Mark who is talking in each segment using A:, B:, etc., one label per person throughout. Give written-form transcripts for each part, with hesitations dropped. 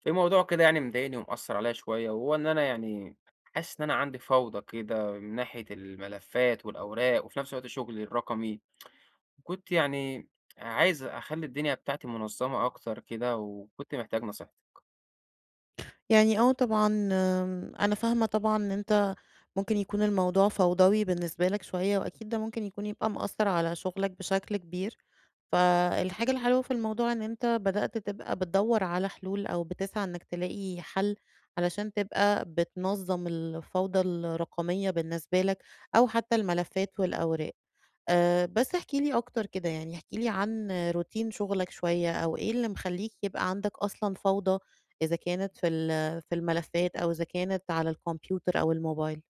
A: في موضوع كده يعني مضايقني ومأثر عليا شوية، وهو إن أنا يعني حاسس إن أنا عندي فوضى كده من ناحية الملفات والأوراق، وفي نفس الوقت شغلي الرقمي كنت يعني عايز أخلي الدنيا بتاعتي منظمة أكتر كده، وكنت محتاج نصيحتك.
B: يعني آه طبعًا أنا فاهمة طبعًا إن أنت ممكن يكون الموضوع فوضوي بالنسبة لك شوية، وأكيد ده ممكن يكون يبقى مأثّر على شغلك بشكل كبير، فالحاجة الحلوة في الموضوع إن أنت بدأت تبقى بتدوّر على حلول أو بتسعى إنك تلاقي حل علشان تبقى بتنظّم الفوضى الرقمية بالنسبة لك أو حتى الملفات والأوراق. بس احكِ لي أكتر كده، يعني احكِ لي عن روتين شغلك شوية، أو إيه اللي مخلّيك يبقى عندك أصلًا فوضى، إذا كانت في الملفات أو إذا كانت على الكمبيوتر أو الموبايل؟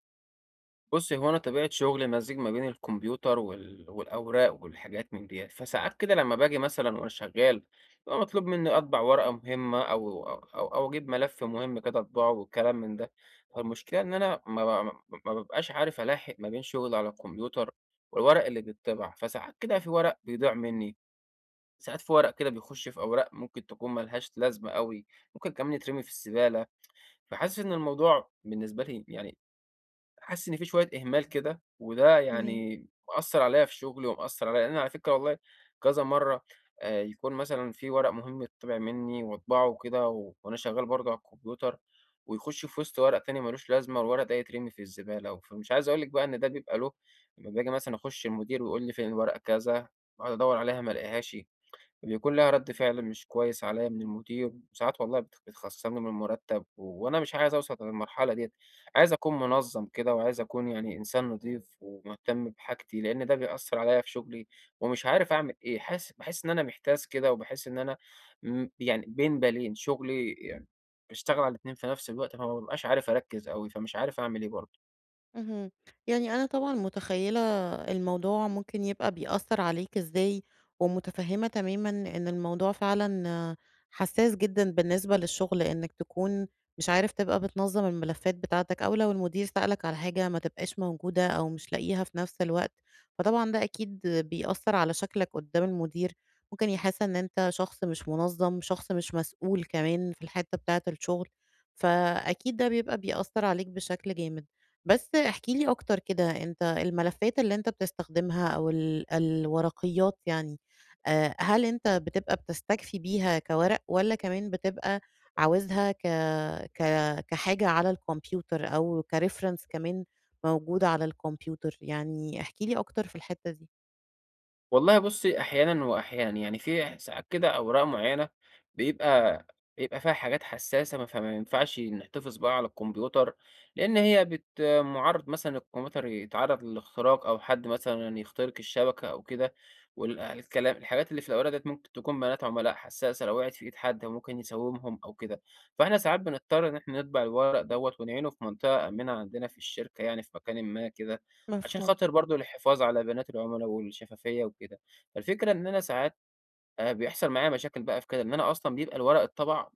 A: بُصّي، هو أنا طبيعة شغلي مزيج ما بين الكمبيوتر والأوراق والحاجات من ديّة، فساعات كده لمّا باجي مثلًا وأنا شغّال، بيبقى مطلوب منّي أطبع ورقة مهمة أو أجيب ملف مهم كده أطبعه والكلام من ده. فالمشكلة إن أنا ما بابقاش عارف ألاحق ما بين شغلي على الكمبيوتر والورق اللي بيتطبع، فساعات كده في ورق بيضيع منّي، ساعات في ورق كده بيخش في أوراق ممكن تكون ما لهاش لازمة أوي، ممكن كمان يترمي في الزبالة. فحاسس إن الموضوع بالنسبة لي يعني حاسس إن في شوية إهمال كده، وده
B: تمام.
A: يعني مأثّر عليَّ في شغلي، ومأثّر عليَّ لأن أنا على فكرة والله كذا مرّة يكون مثلًا في ورق مهم يتطبع منّي وأطبعه وكده وأنا شغّال برضه على الكمبيوتر، ويخُش في وسط ورق تاني ما لوش لازمة والورق ده يترمي في الزبالة. فمش عايز أقول لِك بقى إن ده بيبقى له لمّا باجي مثلًا أخُش المدير ويقول لي فين الورقة كذا، باقعد أدوّر عليها ما ألاقيهاش. بيكون ليها رد فعل مش كويس عليّا من المدير، وساعات والله بتخصّمني من المرتب، وأنا مش عايز أوصل للمرحلة ديّة. عايز أكون منظّم كده، وعايز أكون يعني إنسان نضيف ومهتم بحاجتي، لإن ده بيأثّر عليّا في شغلي، ومش عارف أعمل إيه، باحس إن أنا محتاس كده، وباحس إن أنا يعني بين بالين، شغلي يعني باشتغل على الاتنين في نفس الوقت، فما بابقاش عارف أركّز أوي، فمش عارف أعمل إيه برضه.
B: اهم. يعني أنا طبعًا متخيّلة الموضوع ممكن يبقى بيأثّر عليك إزاي، ومتفهّمة تمامًا إن الموضوع فعلًا آه، حساس جدًا بالنسبة للشغل، إنّك تكون مش عارف تبقى بتنظّم الملفات بتاعتك، أو لو المدير سألك على حاجة ما تبقاش موجودة أو مش لاقيها في نفس الوقت، فطبعًا ده أكيد بيأثّر على شكلك قدّام المدير، ممكن يحس إن أنت شخص مش منظّم، شخص مش مسؤول كمان في الحتّة بتاعة الشغل، فأكيد ده بيبقى بيأثّر عليك بشكل جامد. بس احكِ لي أكتر كده، أنت الملفات اللي أنت بتستخدمها أو الورقيات يعني، هل أنت بتبقى بتستكفي بيها كورق والّا كمان بتبقى عاوزها ك ك كحاجة على الكمبيوتر أو كreference كمان موجود على الكمبيوتر؟ يعني احكِ لي أكتر في الحتّة دي.
A: والله بُصّي، أحيانًا وأحيانًا، يعني في ساعات كده أوراق معيّنة بيبقى بيبقى فيها حاجات حسّاسة ما فما ينفعش نحتفظ بها على الكمبيوتر، لإن هي بت مُعرّض مثلًا الكمبيوتر يتعرّض للاختراق أو حد مثلًا يخترق الشبكة أو كده، وال الكلام الحاجات اللي في الأوراق ديّة ممكن تكون بيانات عملاء حسّاسة لو وقعت في إيد حد ممكن يسوّمهم أو كده، فإحنا ساعات بنضطر إن إحنا نطبع الورق دوّة ونعينه في منطقة آمنة عندنا في الشركة يعني في مكانٍ ما كده، عشان
B: مفهوم.
A: خاطر برضه الحفاظ على بيانات العملا والشفافية وكده. فالفكرة إن أنا ساعات بيحصل معايا مشاكل بقى في كده، إن أنا أصلًا بيبقى الورق اتطبع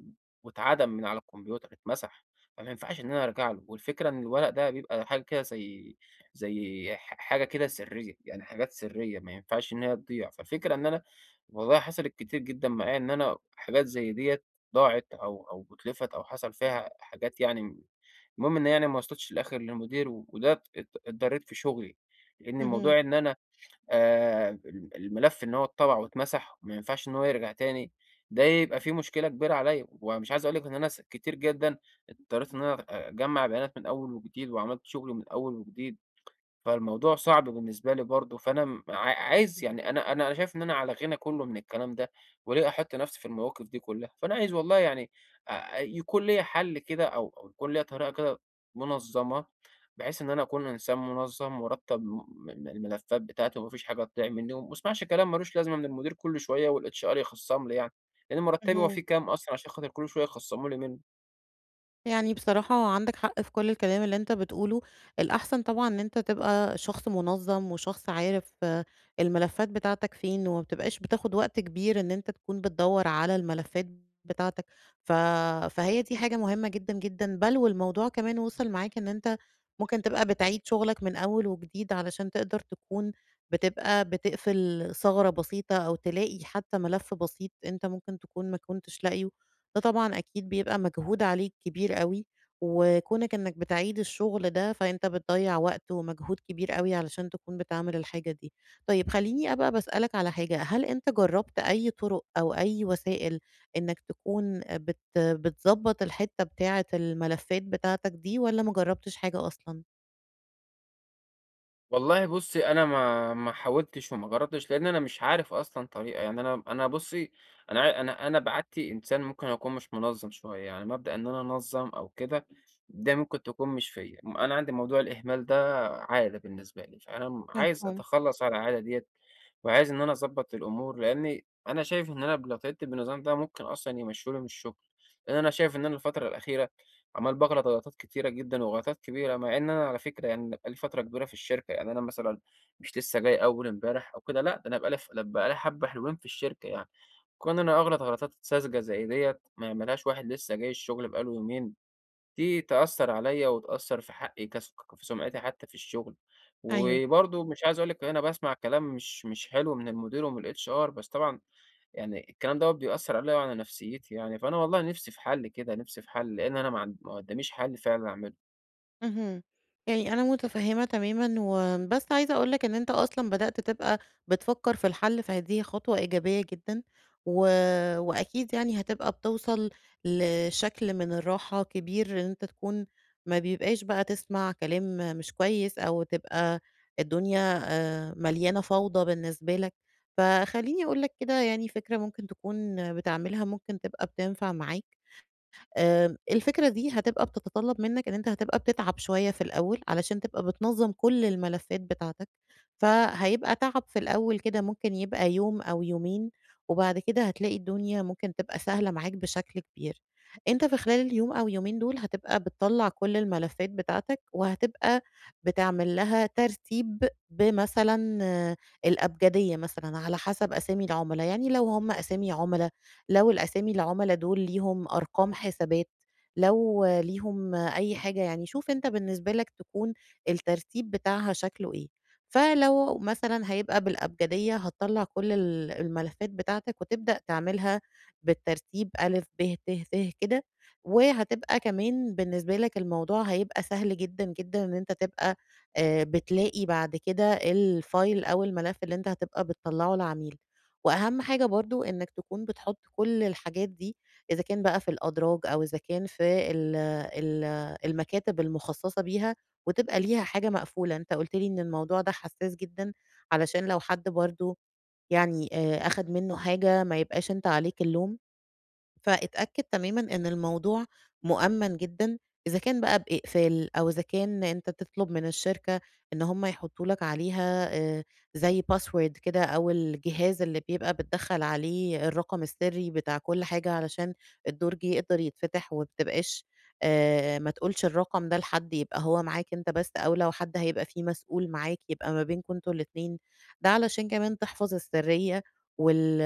A: واتعدم من على الكمبيوتر، اتمسح، فما ينفعش إن أنا أرجع له، والفكرة إن الورق ده بيبقى حاجة كده زي حاجة كده سرية، يعني حاجات سرية ما ينفعش إن هي تضيع. فالفكرة إن أنا والله حصلت كتير جدًا معايا إن أنا حاجات زي ديّة ضاعت أو اتلفت أو حصل فيها حاجات يعني المهم إن يعني ما وصلتش في الآخر للمدير، وده اتضريت في شغلي، لإن
B: اهم،
A: موضوع إن أنا ال الملف إن هو اتطبع واتمسح وما ينفعش إن هو يرجع تاني، ده يبقى فيه مشكلة كبيرة عليّا، ومش عايز أقول لِك إن أنا كتير جدًا اضطريت إن أنا أجمّع بيانات من أول وجديد، وعملت شغل من أول وجديد. فالموضوع صعب بالنسبة لي برضه، فأنا م عا عايز يعني أنا شايف إن أنا على غِنى كلّه من الكلام ده، وليه أحُط نَفْسي في المواقف دي كلّها، فأنا عايز والله يعني يكون ليّا حَل كده أو يكون ليّا طريقة كده منظّمة، بحيث إن أنا أكون إنسان منظّم وارتّب م م الملفّات بتاعتي وما فيش حاجة تضيع منّي وما اسمعش كلام مالوش لازمة من المدير كل شوية والHR يخصّم لي يعني، لإن مُرتّبي هو
B: اهم.
A: فيه كام أصلًا عشان خاطر كل شوية يخصّموا لي منّه؟
B: يعني بصراحة عندك حق في كل الكلام اللي انت بتقوله. الأحسن طبعا ان انت تبقى شخص منظم وشخص عارف آه، الملفات بتاعتك فين وما بتبقاش بتاخد وقت كبير ان انت تكون بتدور على الملفات بتاعتك ف... فهي دي حاجة مهمة جدا جدا بل والموضوع كمان وصل معاك ان انت ممكن تبقى بتعيد شغلك من أول وجديد علشان تقدر تكون بتبقى بتقفل ثغرة بسيطة أو تلاقي حتى ملف بسيط انت ممكن تكون ما كنتش لاقيه. ده طبعًا أكيد بيبقى مجهود عليك كبير أوي، وكونك إنك بتعيد الشغل ده، فأنت بتضيّع وقت ومجهود كبير أوي علشان تكون بتعمل الحاجة دي. طيب خلّيني أبقى باسألك على حاجة، هل أنت جرّبت أي طرق أو أي وسائل إنك تكون بتضبّط الحتّة بتاعة الملفات بتاعتك دي والّا ما جرّبتش حاجة أصلًا؟
A: والله بُصّي، أنا ما حاولتش وما جرّبتش، لإن أنا مش عارف أصلًا طريقة، يعني أنا بُصّي، أنا عا أنا أنا بعادتي إنسان ممكن أكون مش منظّم شوية، يعني مبدأ إن أنا أنظّم أو كده، ده ممكن تكون مش فيّا، أنا عندي موضوع الإهمال ده عادة بالنسبة لي، فأنا عايز
B: مفهوم،
A: أتخلّص على العادة ديّة، وعايز إن أنا أضبّط الأمور، لإنّي أنا شايف إن أنا لو اتّبعت بالنظام ده ممكن أصلًا يمشّوني من الشغل، لإن أنا شايف إن أنا الفترة الأخيرة عمال باغلط غلطات كتيرة جدًا وغلطات كبيرة، مع إن أنا على فكرة يعني أنا بقى لي فترة كبيرة في الشركة، يعني أنا مثلًا مش لسه جاي أول امبارح أو كده لأ، ده بقى لي حبة حلوين في الشركة يعني، كون إني أغلط غلطات ساذجة زي ديّة ما يعملهاش واحد لسه جاي الشغل بقى له يومين، دي تأثّر عليّا وتأثّر في حقي في سمعتي حتى في الشغل،
B: أيوه.
A: وبرضه مش عايز أقول لِك أنا باسمع كلام مش حلو من المدير ومن الHR بس طبعًا يعني الكلام دوّة بيأثّر عليَّ وعلى نفسيتي يعني، فأنا والله نِفْسي في حَل كده، نِفْسي في حَل، لإن أنا ما قدّاميش حَل فعلًا أعمله.
B: اهم. يعني أنا متفهّمة تمامًا، وبس عايزة أقول لك إن أنت أصلًا بدأت تبقى بتفكّر في الحل، فدي خطوة إيجابية جدًا، و وأكيد يعني هتبقى بتوصل لشكل من الراحة كبير، إن أنت تكون ما بيبقاش بقى تسمع كلام مش كويس، أو تبقى الدنيا مليانة فوضى بالنسبة لك. فخلّيني أقول لك كده يعني فكرة ممكن تكون بتعملها، ممكن تبقى بتنفع معاك. الفكرة دي هتبقى بتتطلب منّك إن أنت هتبقى بتتعب شوية في الأول، علشان تبقى بتنظّم كل الملفات بتاعتك، فهيبقى تعب في الأول كده ممكن يبقى يوم أو يومين، وبعد كده هتلاقي الدنيا ممكن تبقى سهلة معاك بشكل كبير. أنت في خلال اليوم أو يومين دول هتبقى بتطلّع كل الملفات بتاعتك، وهتبقى بتعمل لها ترتيب بمثلًا آه، الأبجدية مثلًا على حسب أسامي العُملا، يعني لو هم أسامي عُملا لو الأسامي العُملا دول ليهم أرقام حسابات، لو ليهم أي حاجة، يعني شوف أنت بالنسبة لك تكون الترتيب بتاعها شكله إيه. فلو مثلًا هيبقى بالأبجدية هتطلّع كل الملفات بتاعتك وتبدأ تعملها بالترتيب أ، ب، ت، ث كده، وهتبقى كمان بالنسبة لك الموضوع هيبقى سهل جدًا، جدًا إن أنت تبقى بتلاقي بعد كده الfile أو الملف اللي أنت هتبقى بتطلّعه للعميل. وأهم حاجة برضه إنك تكون بتحط كل الحاجات دي، إذا كان بقى في الأدراج أو إذا كان في ال ال المكاتب المخصصة بيها، وتبقى ليها حاجة مقفولة، أنت قُلت لي إن الموضوع ده حساس جدًا، علشان لو حد برضه يعني أخد منه حاجة ما يبقاش أنت عليك اللوم. فاتأكد تمامًا إن الموضوع مؤمَّن جدًا، إذا كان بقى بإقفال أو إذا كان أنت تطلب من الشركة إن هم يحطّوا لك عليها زي password كده أو الجهاز اللي بيبقى بتدخّل عليه الرقم السري بتاع كل حاجة علشان الدرج يقدر يتفتح وما بتبقاش ما تقولش الرقم ده لحد، يبقى هو معاك أنت بس أو لو حد هيبقى فيه مسؤول معاك يبقى ما بينكم أنتم الاتنين، ده علشان كمان تحفظ السرية وال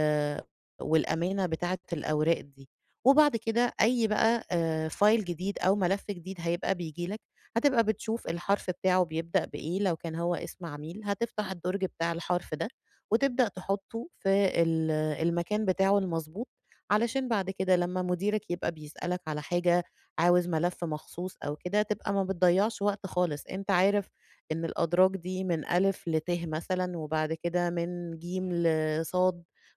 B: والأمانة بتاعة الأوراق دي. وبعد كده أي بقى file جديد أو ملف جديد هيبقى بييجي لك، هتبقى بتشوف الحرف بتاعه بيبدأ بإيه، لو كان هو اسم عميل هتفتح الدرج بتاع الحرف ده، وتبدأ تحطه في المكان بتاعه المضبوط، علشان بعد كده لمّا مديرك يبقى بيسألك على حاجة، عاوز ملف مخصوص أو كده، تبقى ما بتضيّعش وقت خالص، أنت عارف إن الأدراج دي من أ لت مثلًا، وبعد كده من ج لص،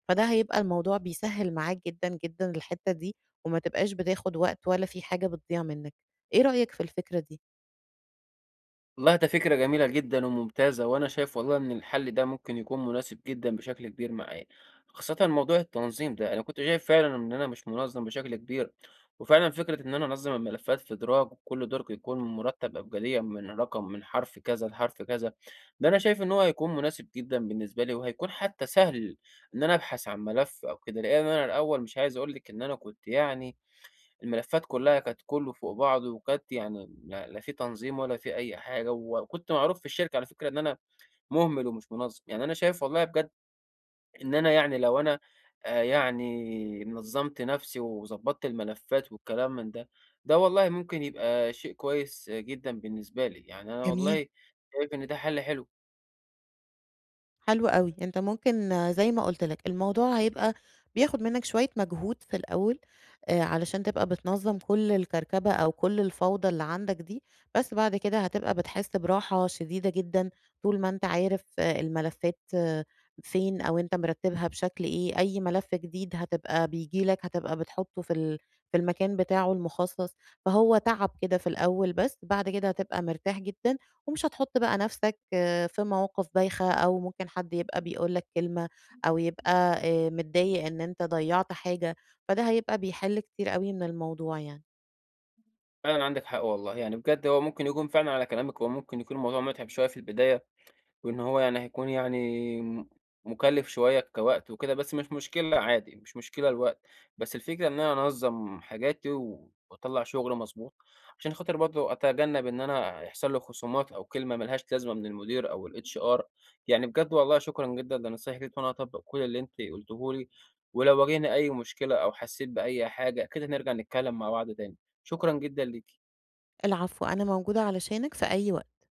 B: فده هيبقى الموضوع بيسهّل معاك جدًا، جدًا الحتّة دي، وما تبقاش بتاخد وقت ولا في حاجة بتضيع منّك. إيه رأيك في الفكرة دي؟
A: والله ده فكرة جميلة جدًا وممتازة، وأنا شايف والله إن الحل ده ممكن يكون مناسب جدًا بشكل كبير معايا، خاصةً موضوع التنظيم ده، أنا كنت شايف فعلًا إن أنا مش منظَّم بشكل كبير، وفعلًا فكرة إن أنا أنظَّم الملفات في دراج وكل درج يكون مرتَّب أبجديًا من حرف كذا لحرف كذا، ده أنا شايف إن هو هيكون مناسب جدًا بالنسبة لي، وهيكون حتى سهل إن أنا أبحث عن ملف أو كده، لإن أنا الأول مش عايز أقول لِك إن أنا كنت يعني الملفات كلّها كانت كلّه فوق بعضه، وكانت يعني لا لا في تنظيم ولا في أي حاجة، وكنت معروف في الشركة على فكرة إن أنا مهمل ومش منظّم، يعني أنا شايف والله بجد إن أنا يعني لو أنا يعني نظّمت نفسي وضبّطت الملفات والكلام من ده، ده والله ممكن يبقى شيء كويس آه، جدًا بالنسبة لي، يعني أنا
B: جميل.
A: والله شايف إن ده حل حلو.
B: حلو أوي، أنت ممكن آه، زي ما قُلت لك الموضوع هيبقى بياخد منّك شوية مجهود في الأول، علشان تبقى بتنظّم كل الكركبة أو كل الفوضى اللي عندك دي، بس بعد كده هتبقى بتحس براحة شديدة جدًا طول ما أنت عارف آه، الملفات آه، فين أو أنت مرتّبها بشكل إيه، أي ملف جديد هتبقى بييجي لك هتبقى بتحطّه في ال في المكان بتاعه المخصص، فهو تعب كده في الأول بس، بعد كده هتبقى مرتاح جدًا ومش هتحط بقى نَفْسك في مواقف بايخة أو ممكن حد يبقى بيقول لك كلمة أو يبقى متضايق إن أنت ضيّعت حاجة، فده هيبقى بيحل كتير أوي من الموضوع يعني.
A: فعلًا عندِك حق والله، يعني بجد هو ممكن يكون فعلًا على كلامِك هو ممكن يكون الموضوع مُتعب شوية في البداية، وإن هو يعني هيكون يعني مُكلِّف شوية كوقت وكده، بس مش مشكلة عادي، مش مشكلة الوقت، بس الفكرة إن أنا أنظّم حاجاتي وأطلّع شغل مضبوط، عشان خاطر برضه أتجنب إن أنا يحصل لي خصومات أو كلمة ما لهاش لازمة من المدير أو الHR، يعني بجد والله شكرًا جدًا لنصايحِك ديّة وأنا هاطبّق كل اللي أنتِ قُلتيه لي، ولو واجهني أي مشكلة أو حسّيت بأي حاجة أكيد هنرجع نتكلّم مع بعض تاني، شكرًا جدًا ليكِ.
B: العفو، أنا موجودة علشانك في أي وقت.